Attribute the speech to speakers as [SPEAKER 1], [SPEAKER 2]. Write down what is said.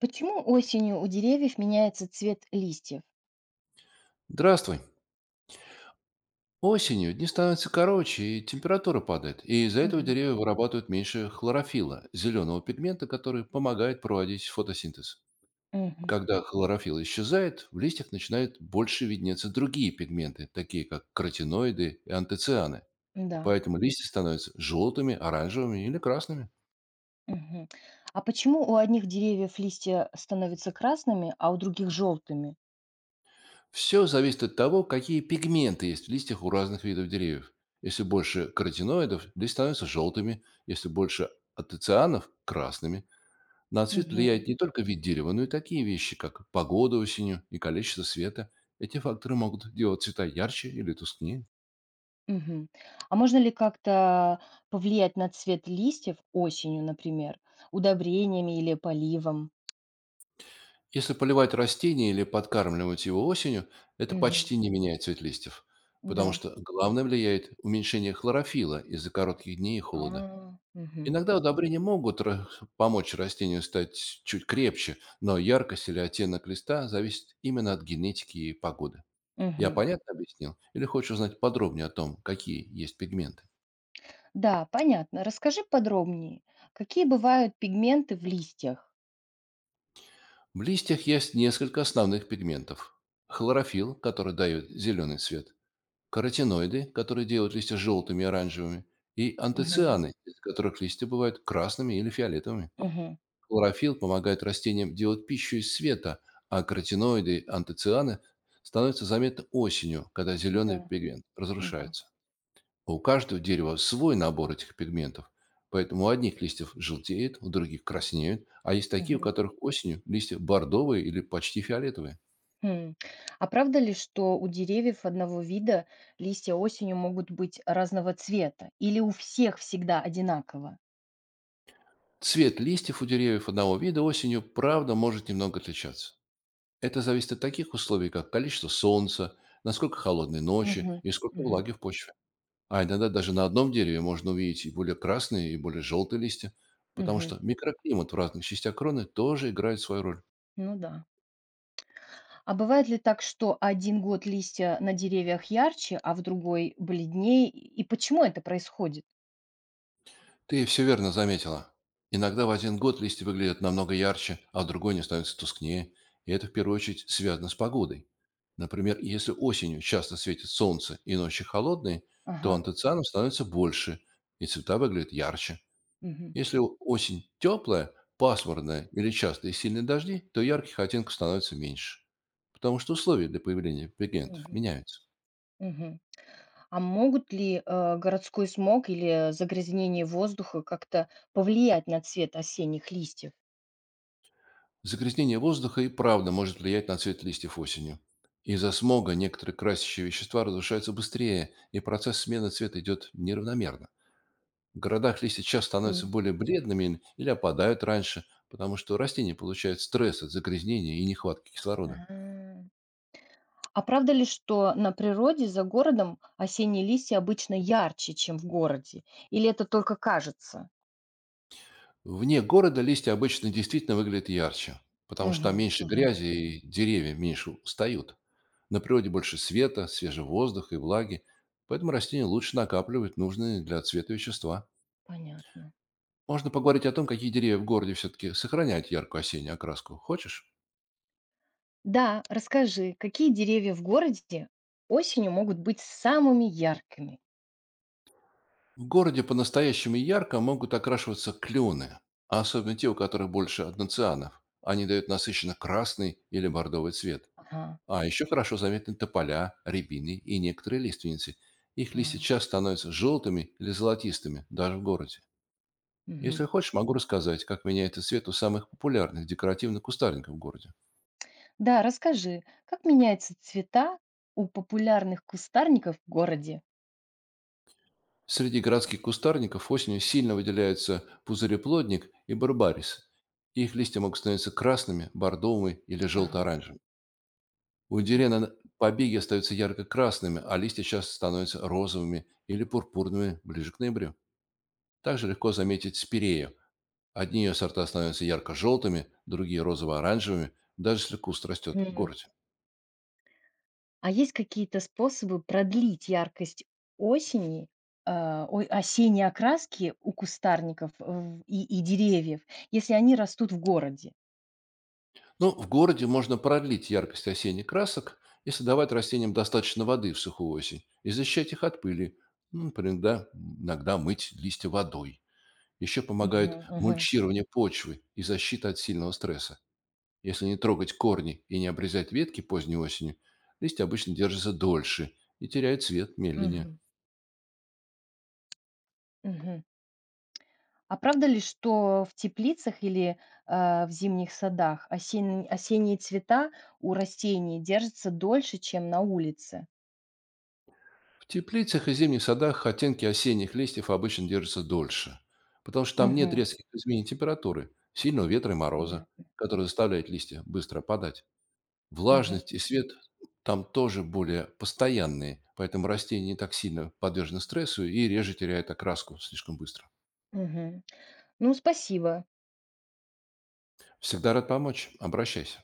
[SPEAKER 1] Почему осенью у деревьев меняется цвет листьев?
[SPEAKER 2] Здравствуй. Осенью дни становятся короче, и температура падает. И из-за этого
[SPEAKER 1] Мгм.
[SPEAKER 2] деревья вырабатывают меньше хлорофила, зеленого пигмента, который помогает проводить фотосинтез.
[SPEAKER 1] Мгм.
[SPEAKER 2] Когда хлорофилл исчезает, в листьях начинают больше виднеться другие пигменты, такие как каротиноиды и антоцианы.
[SPEAKER 1] Да.
[SPEAKER 2] Поэтому листья становятся желтыми, оранжевыми или красными.
[SPEAKER 1] Мгм. А почему у одних деревьев листья становятся красными, а у других желтыми?
[SPEAKER 2] Все зависит от того, какие пигменты есть в листьях у разных видов деревьев. Если больше каротиноидов, листья становятся желтыми, если больше антоцианов– красными. На цвет
[SPEAKER 1] Мгм.
[SPEAKER 2] влияет не только вид дерева, но и такие вещи, как погода осенью и количество света. Эти факторы могут делать цвета ярче или тускнее.
[SPEAKER 1] Мгм. А можно ли как-то повлиять на цвет листьев осенью, например, удобрениями или поливом?
[SPEAKER 2] Если поливать растение или подкармливать его осенью, это
[SPEAKER 1] Мгм.
[SPEAKER 2] почти не меняет цвет листьев, потому
[SPEAKER 1] Да.
[SPEAKER 2] что главное влияет уменьшение хлорофила из-за коротких дней и холода.
[SPEAKER 1] А, мгм.
[SPEAKER 2] Иногда удобрения могут помочь растению стать чуть крепче, но яркость или оттенок листа зависит именно от генетики и погоды. Я
[SPEAKER 1] Мгм.
[SPEAKER 2] понятно объяснил? Или хочешь узнать подробнее о том, какие есть пигменты?
[SPEAKER 1] Да, понятно. Расскажи подробнее, какие бывают пигменты в листьях?
[SPEAKER 2] В листьях есть несколько основных пигментов. Хлорофилл, который дает зеленый цвет, каротиноиды, которые делают листья желтыми и оранжевыми, и
[SPEAKER 1] Мгм.
[SPEAKER 2] антоцианы, из которых листья бывают красными или фиолетовыми.
[SPEAKER 1] Мгм.
[SPEAKER 2] Хлорофилл помогает растениям делать пищу из света, а каротиноиды и антоцианы становятся заметны осенью, когда
[SPEAKER 1] Да.
[SPEAKER 2] зеленый пигмент
[SPEAKER 1] Да.
[SPEAKER 2] разрушается. У каждого дерева свой набор этих пигментов, поэтому у одних листьев желтеет, у других краснеют, а есть такие, у
[SPEAKER 1] Мгм.
[SPEAKER 2] которых осенью листья бордовые или почти фиолетовые.
[SPEAKER 1] Хм. А правда ли, что у деревьев одного вида листья осенью могут быть разного цвета? Или у всех всегда одинаково?
[SPEAKER 2] Цвет листьев у деревьев одного вида осенью, правда, может немного отличаться. Это зависит от таких условий, как количество солнца, насколько холодные ночи
[SPEAKER 1] Мгм.
[SPEAKER 2] и сколько
[SPEAKER 1] Мгм.
[SPEAKER 2] влаги в почве. А иногда даже на одном дереве можно увидеть и более красные, и более желтые листья, потому
[SPEAKER 1] Мгм.
[SPEAKER 2] что микроклимат в разных частях кроны тоже играет свою роль.
[SPEAKER 1] Ну да. А бывает ли так, что один год листья на деревьях ярче, а в другой бледнее? И почему это происходит?
[SPEAKER 2] Ты все верно заметила. Иногда в один год листья выглядят намного ярче, а в другой они становятся тускнее. И это в первую очередь связано с погодой. Например, если осенью часто светит солнце и ночи холодные, то
[SPEAKER 1] Ага.
[SPEAKER 2] антоцианов становится больше, и цвета выглядят ярче.
[SPEAKER 1] Мгм.
[SPEAKER 2] Если осень теплая, пасмурная или частые сильные дожди, то ярких оттенков становится меньше. Потому что условия для появления пигментов
[SPEAKER 1] Мгм.
[SPEAKER 2] меняются.
[SPEAKER 1] Мгм. А могут ли городской смог или загрязнение воздуха как-то повлиять на цвет осенних листьев?
[SPEAKER 2] Загрязнение воздуха и правда может влиять на цвет листьев осенью. Из-за смога некоторые красящие вещества разрушаются быстрее, и процесс смены цвета идет неравномерно. В городах листья часто становятся
[SPEAKER 1] М.
[SPEAKER 2] более бледными или опадают раньше, потому что растения получают стресс от загрязнения и нехватки кислорода.
[SPEAKER 1] А. А правда ли, что на природе за городом осенние листья обычно ярче, чем в городе? Или это только кажется?
[SPEAKER 2] Вне города листья обычно действительно выглядят ярче, потому что
[SPEAKER 1] Мгм,
[SPEAKER 2] там меньше
[SPEAKER 1] мгм,
[SPEAKER 2] грязи и деревья меньше устают. На природе больше света, свежего воздуха и влаги, поэтому растения лучше накапливают нужные для цвета вещества.
[SPEAKER 1] понятно.
[SPEAKER 2] Можно поговорить о том, какие деревья в городе все-таки сохраняют яркую осеннюю окраску. Хочешь?
[SPEAKER 1] Да, расскажи, какие деревья в городе осенью могут быть самыми яркими?
[SPEAKER 2] В городе по-настоящему ярко могут окрашиваться клены, а особенно те, у которых больше одноцианов. Они дают насыщенно красный или бордовый цвет.
[SPEAKER 1] Ага,
[SPEAKER 2] А еще хорошо заметны тополя, рябины и некоторые лиственницы. Их листья
[SPEAKER 1] вау,
[SPEAKER 2] часто становятся желтыми или золотистыми, даже в городе.
[SPEAKER 1] мгм.
[SPEAKER 2] Если хочешь, могу рассказать, как меняется цвет у самых популярных декоративных кустарников в городе.
[SPEAKER 1] Да, расскажи, как меняются цвета у популярных кустарников в городе?
[SPEAKER 2] Среди городских кустарников осенью сильно выделяются пузыреплодник и барбарис. Их листья могут становиться красными, бордовыми или
[SPEAKER 1] Ага.
[SPEAKER 2] желто-оранжевыми. У дерена побеги остаются ярко-красными, а листья часто становятся розовыми или пурпурными ближе к ноябрю. Также легко заметить спирею. Одни ее сорта становятся ярко-желтыми, другие розово-оранжевыми, даже если куст растет в
[SPEAKER 1] Мгм.
[SPEAKER 2] городе.
[SPEAKER 1] А есть какие-то способы продлить яркость осени, осенней окраски у кустарников в и деревьев, если они растут в городе?
[SPEAKER 2] Ну, в городе можно продлить яркость осенних красок, если давать растениям достаточно воды в сухую осень и защищать их от пыли. Ну, например, да, иногда мыть листья водой. Еще помогает
[SPEAKER 1] Мгм, мгм,
[SPEAKER 2] мульчирование почвы и защита от сильного стресса. Если не трогать корни и не обрезать ветки поздней осенью, листья обычно держатся дольше и теряют цвет медленнее.
[SPEAKER 1] мгм, мгм. А правда ли, что в теплицах или, в зимних садах осень осенние цвета у растений держатся дольше, чем на улице?
[SPEAKER 2] В теплицах и зимних садах оттенки осенних листьев обычно держатся дольше, потому что там нет
[SPEAKER 1] Мгм.
[SPEAKER 2] резких изменений температуры, сильного ветра и мороза,
[SPEAKER 1] Понятно.
[SPEAKER 2] который заставляет листья быстро опадать.
[SPEAKER 1] Мгм,
[SPEAKER 2] Влажность и свет там тоже более постоянные, поэтому растения не так сильно подвержены стрессу и реже теряют окраску слишком быстро.
[SPEAKER 1] мгм. Ну, спасибо.
[SPEAKER 2] Всегда рад помочь. Обращайся.